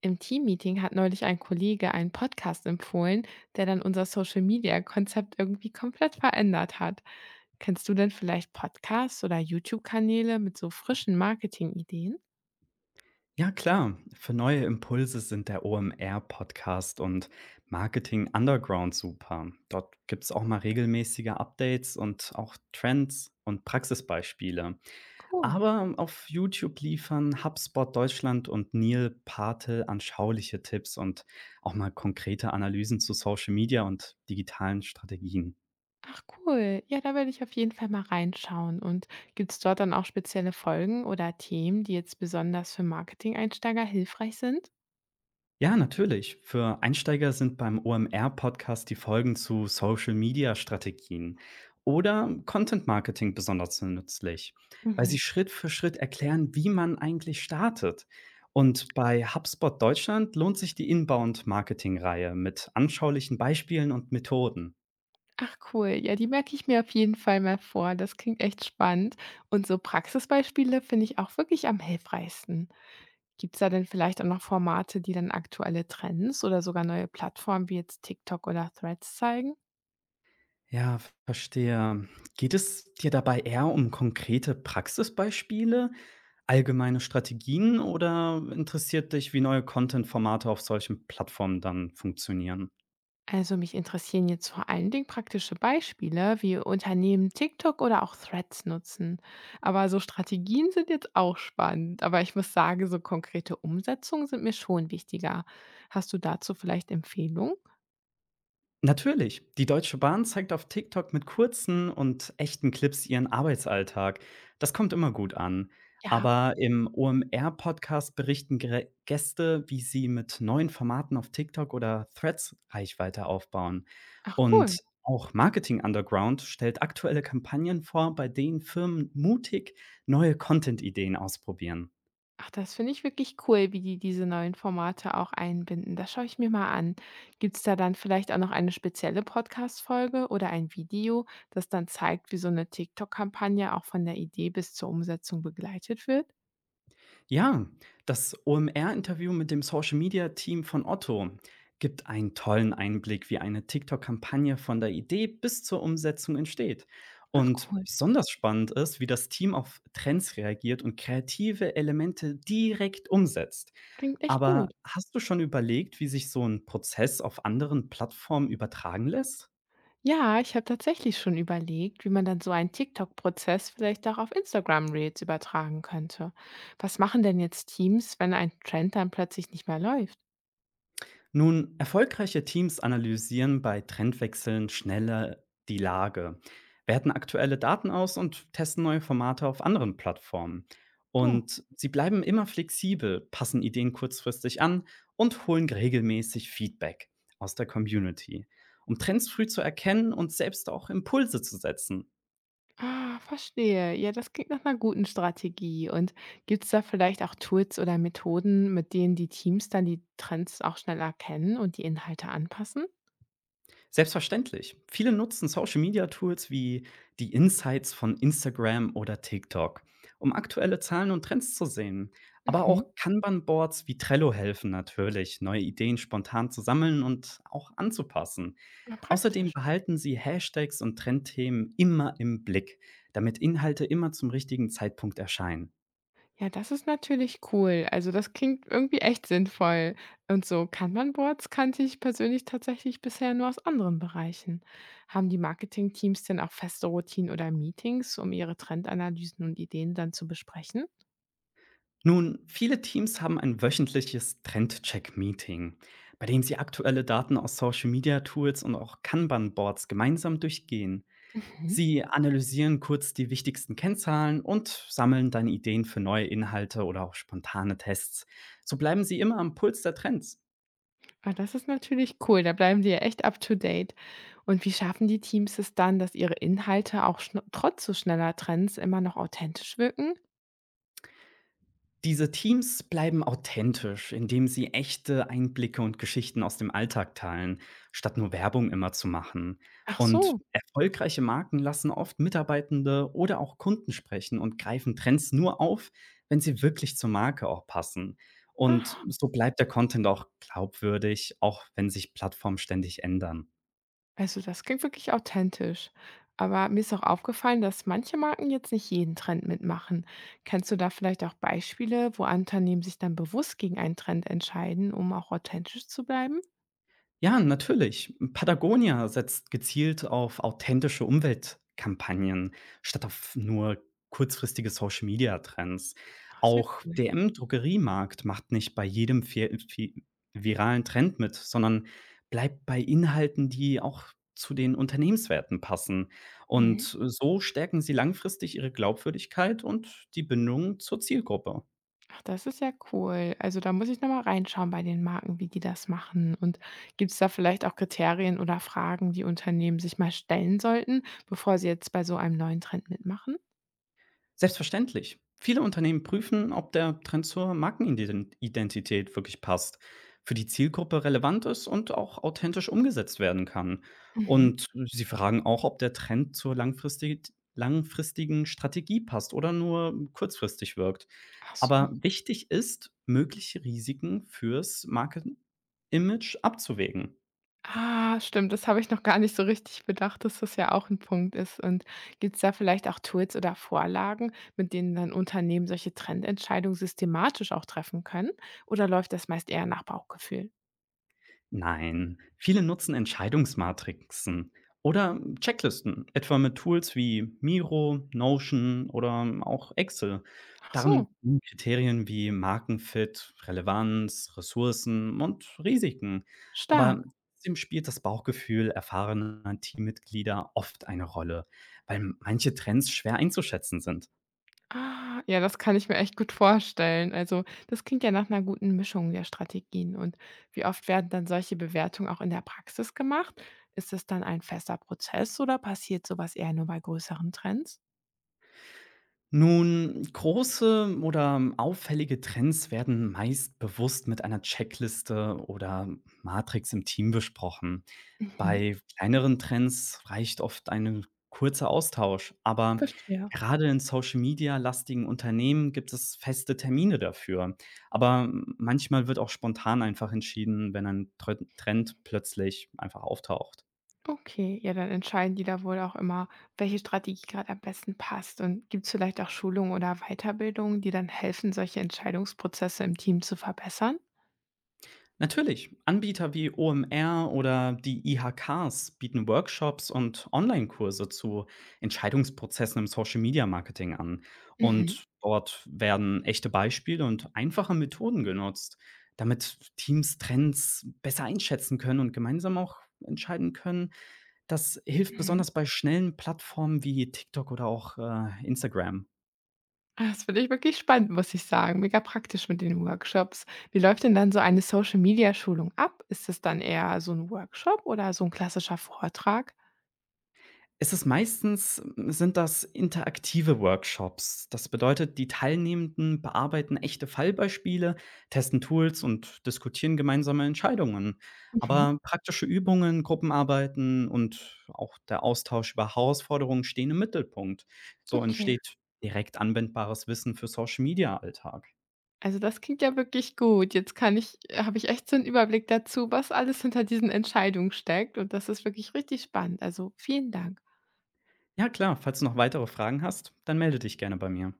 Im Teammeeting hat neulich ein Kollege einen Podcast empfohlen, der dann unser Social-Media-Konzept irgendwie komplett verändert hat. Kennst du denn vielleicht Podcasts oder YouTube-Kanäle mit so frischen Marketing-Ideen? Ja, klar. Für neue Impulse sind der OMR-Podcast und Marketing Underground super. Dort gibt es auch mal regelmäßige Updates und auch Trends und Praxisbeispiele. Cool. Aber auf YouTube liefern HubSpot Deutschland und Neil Patel anschauliche Tipps und auch mal konkrete Analysen zu Social Media und digitalen Strategien. Ach cool. Ja, da werde ich auf jeden Fall mal reinschauen. Und gibt es dort dann auch spezielle Folgen oder Themen, die jetzt besonders für Marketing-Einsteiger hilfreich sind? Ja, natürlich. Für Einsteiger sind beim OMR-Podcast die Folgen zu Social-Media-Strategien oder Content-Marketing besonders nützlich, weil sie Mhm. Schritt für Schritt erklären, wie man eigentlich startet. Und bei HubSpot Deutschland lohnt sich die Inbound-Marketing-Reihe mit anschaulichen Beispielen und Methoden. Ach cool, ja, die merke ich mir auf jeden Fall mal vor. Das klingt echt spannend. Und so Praxisbeispiele finde ich auch wirklich am hilfreichsten. Gibt es da denn vielleicht auch noch Formate, die dann aktuelle Trends oder sogar neue Plattformen wie jetzt TikTok oder Threads zeigen? Ja, verstehe. Geht es dir dabei eher um konkrete Praxisbeispiele, allgemeine Strategien oder interessiert dich, wie neue Content-Formate auf solchen Plattformen dann funktionieren? Also mich interessieren jetzt vor allen Dingen praktische Beispiele, wie Unternehmen TikTok oder auch Threads nutzen. Aber so Strategien sind jetzt auch spannend. Aber ich muss sagen, so konkrete Umsetzungen sind mir schon wichtiger. Hast du dazu vielleicht Empfehlungen? Natürlich. Die Deutsche Bahn zeigt auf TikTok mit kurzen und echten Clips ihren Arbeitsalltag. Das kommt immer gut an. Ja, Aber im OMR-Podcast berichten Gäste, wie sie mit neuen Formaten auf TikTok oder Threads Reichweite aufbauen. ach Und cool. auch Marketing Underground stellt aktuelle Kampagnen vor, bei denen Firmen mutig neue Content-Ideen ausprobieren. Ach, das finde ich wirklich cool, wie die diese neuen Formate auch einbinden. Das schaue ich mir mal an. Gibt es da dann vielleicht auch noch eine spezielle Podcast-Folge oder ein Video, das dann zeigt, wie so eine TikTok-Kampagne auch von der Idee bis zur Umsetzung begleitet wird? Ja, das OMR-Interview mit dem Social-Media-Team von Otto gibt einen tollen Einblick, wie eine TikTok-Kampagne von der Idee bis zur Umsetzung entsteht. Ach Und cool, besonders spannend ist, wie das Team auf Trends reagiert und kreative Elemente direkt umsetzt. klingt echt Aber gut. hast du schon überlegt, wie sich so ein Prozess auf anderen Plattformen übertragen lässt? Ja, ich habe tatsächlich schon überlegt, wie man dann so einen TikTok-Prozess vielleicht auch auf Instagram Reels übertragen könnte. Was machen denn jetzt Teams, wenn ein Trend dann plötzlich nicht mehr läuft? Nun, erfolgreiche Teams analysieren bei Trendwechseln schneller die Lage, werten aktuelle Daten aus und testen neue Formate auf anderen Plattformen. Oh. Und sie bleiben immer flexibel, passen Ideen kurzfristig an und holen regelmäßig Feedback aus der Community, um Trends früh zu erkennen und selbst auch Impulse zu setzen. Ah, verstehe. Ja, das klingt nach einer guten Strategie. Und gibt es da vielleicht auch Tools oder Methoden, mit denen die Teams dann die Trends auch schnell erkennen und die Inhalte anpassen? Selbstverständlich. Viele nutzen Social Media Tools wie die Insights von Instagram oder TikTok, um aktuelle Zahlen und Trends zu sehen. Aber Mhm. auch Kanban-Boards wie Trello helfen natürlich, neue Ideen spontan zu sammeln und auch anzupassen. Na, Außerdem praktisch. behalten sie Hashtags und Trendthemen immer im Blick, damit Inhalte immer zum richtigen Zeitpunkt erscheinen. Ja, das ist natürlich cool. Also, das klingt irgendwie echt sinnvoll. Und so Kanban-Boards kannte ich persönlich tatsächlich bisher nur aus anderen Bereichen. Haben die Marketing-Teams denn auch feste Routinen oder Meetings, um ihre Trendanalysen und Ideen dann zu besprechen? Nun, viele Teams haben ein wöchentliches Trendcheck-Meeting, bei dem sie aktuelle Daten aus Social-Media-Tools und auch Kanban-Boards gemeinsam durchgehen. Mhm. Sie analysieren kurz die wichtigsten Kennzahlen und sammeln dann Ideen für neue Inhalte oder auch spontane Tests. So bleiben sie immer am Puls der Trends. Ah, das ist natürlich cool, da bleiben die ja echt up to date. Und wie schaffen die Teams es dann, dass ihre Inhalte auch schn trotz so schneller Trends immer noch authentisch wirken? Diese Teams bleiben authentisch, indem sie echte Einblicke und Geschichten aus dem Alltag teilen, statt nur Werbung immer zu machen. Ach Und so. erfolgreiche Marken lassen oft Mitarbeitende oder auch Kunden sprechen und greifen Trends nur auf, wenn sie wirklich zur Marke auch passen. Und Ach. so bleibt der Content auch glaubwürdig, auch wenn sich Plattformen ständig ändern. Also das klingt wirklich authentisch. Aber mir ist auch aufgefallen, dass manche Marken jetzt nicht jeden Trend mitmachen. Kennst du da vielleicht auch Beispiele, wo Unternehmen sich dann bewusst gegen einen Trend entscheiden, um auch authentisch zu bleiben? Ja, natürlich. Patagonia setzt gezielt auf authentische Umweltkampagnen statt auf nur kurzfristige Social-Media-Trends. Ah, sehr Auch cool. DM-Drogeriemarkt macht nicht bei jedem vi vi viralen Trend mit, sondern bleibt bei Inhalten, die auch zu den Unternehmenswerten passen. Und Mhm. so stärken sie langfristig ihre Glaubwürdigkeit und die Bindung zur Zielgruppe. Ach, das ist ja cool. Also, da muss ich noch mal reinschauen bei den Marken, wie die das machen. Und gibt es da vielleicht auch Kriterien oder Fragen, die Unternehmen sich mal stellen sollten, bevor sie jetzt bei so einem neuen Trend mitmachen? Selbstverständlich. Viele Unternehmen prüfen, ob der Trend zur Markenidentität wirklich passt, für die Zielgruppe relevant ist und auch authentisch umgesetzt werden kann. Mhm. Und sie fragen auch, ob der Trend zur langfristigen Strategie passt oder nur kurzfristig wirkt. Ach so. Aber wichtig ist, mögliche Risiken fürs Markenimage abzuwägen. Ah, stimmt, das habe ich noch gar nicht so richtig bedacht, dass das ja auch ein Punkt ist. Und gibt es da vielleicht auch Tools oder Vorlagen, mit denen dann Unternehmen solche Trendentscheidungen systematisch auch treffen können? Oder läuft das meist eher nach Bauchgefühl? Nein, viele nutzen Entscheidungsmatrixen oder Checklisten, etwa mit Tools wie Miro, Notion oder auch Excel. Ach Darin so, sind Kriterien wie Markenfit, Relevanz, Ressourcen und Risiken. Aber stark. trotzdem spielt das Bauchgefühl erfahrener Teammitglieder oft eine Rolle, weil manche Trends schwer einzuschätzen sind. Ah, ja, das kann ich mir echt gut vorstellen. Also, das klingt ja nach einer guten Mischung der Strategien. Und wie oft werden dann solche Bewertungen auch in der Praxis gemacht? Ist das dann ein fester Prozess oder passiert sowas eher nur bei größeren Trends? Nun, große oder auffällige Trends werden meist bewusst mit einer Checkliste oder Matrix im Team besprochen. Mhm. Bei kleineren Trends reicht oft ein kurzer Austausch, aber Verstehe. gerade in Social-Media-lastigen Unternehmen gibt es feste Termine dafür. Aber manchmal wird auch spontan einfach entschieden, wenn ein Trend plötzlich einfach auftaucht. Okay, ja, dann entscheiden die da wohl auch immer, welche Strategie gerade am besten passt. Und gibt es vielleicht auch Schulungen oder Weiterbildungen, die dann helfen, solche Entscheidungsprozesse im Team zu verbessern? Natürlich. Anbieter wie OMR oder die IHKs bieten Workshops und Online-Kurse zu Entscheidungsprozessen im Social-Media-Marketing an. Mhm. Und dort werden echte Beispiele und einfache Methoden genutzt, damit Teams Trends besser einschätzen können und gemeinsam auch entscheiden können. Das hilft Mhm. besonders bei schnellen Plattformen wie TikTok oder auch Instagram. Ah, das finde ich wirklich spannend, muss ich sagen. Mega praktisch mit den Workshops. Wie läuft denn dann so eine Social-Media-Schulung ab? Ist das dann eher so ein Workshop oder so ein klassischer Vortrag? Es meistens sind das interaktive Workshops. Das bedeutet, die Teilnehmenden bearbeiten echte Fallbeispiele, testen Tools und diskutieren gemeinsame Entscheidungen. Mhm, Aber praktische Übungen, Gruppenarbeiten und auch der Austausch über Herausforderungen stehen im Mittelpunkt. So okay. entsteht direkt anwendbares Wissen für Social Media Alltag. Also, das klingt ja wirklich gut. Jetzt kann ich habe ich echt so einen Überblick dazu, was alles hinter diesen Entscheidungen steckt und das ist wirklich richtig spannend. Also, vielen Dank. Ja klar, falls du noch weitere Fragen hast, dann melde dich gerne bei mir.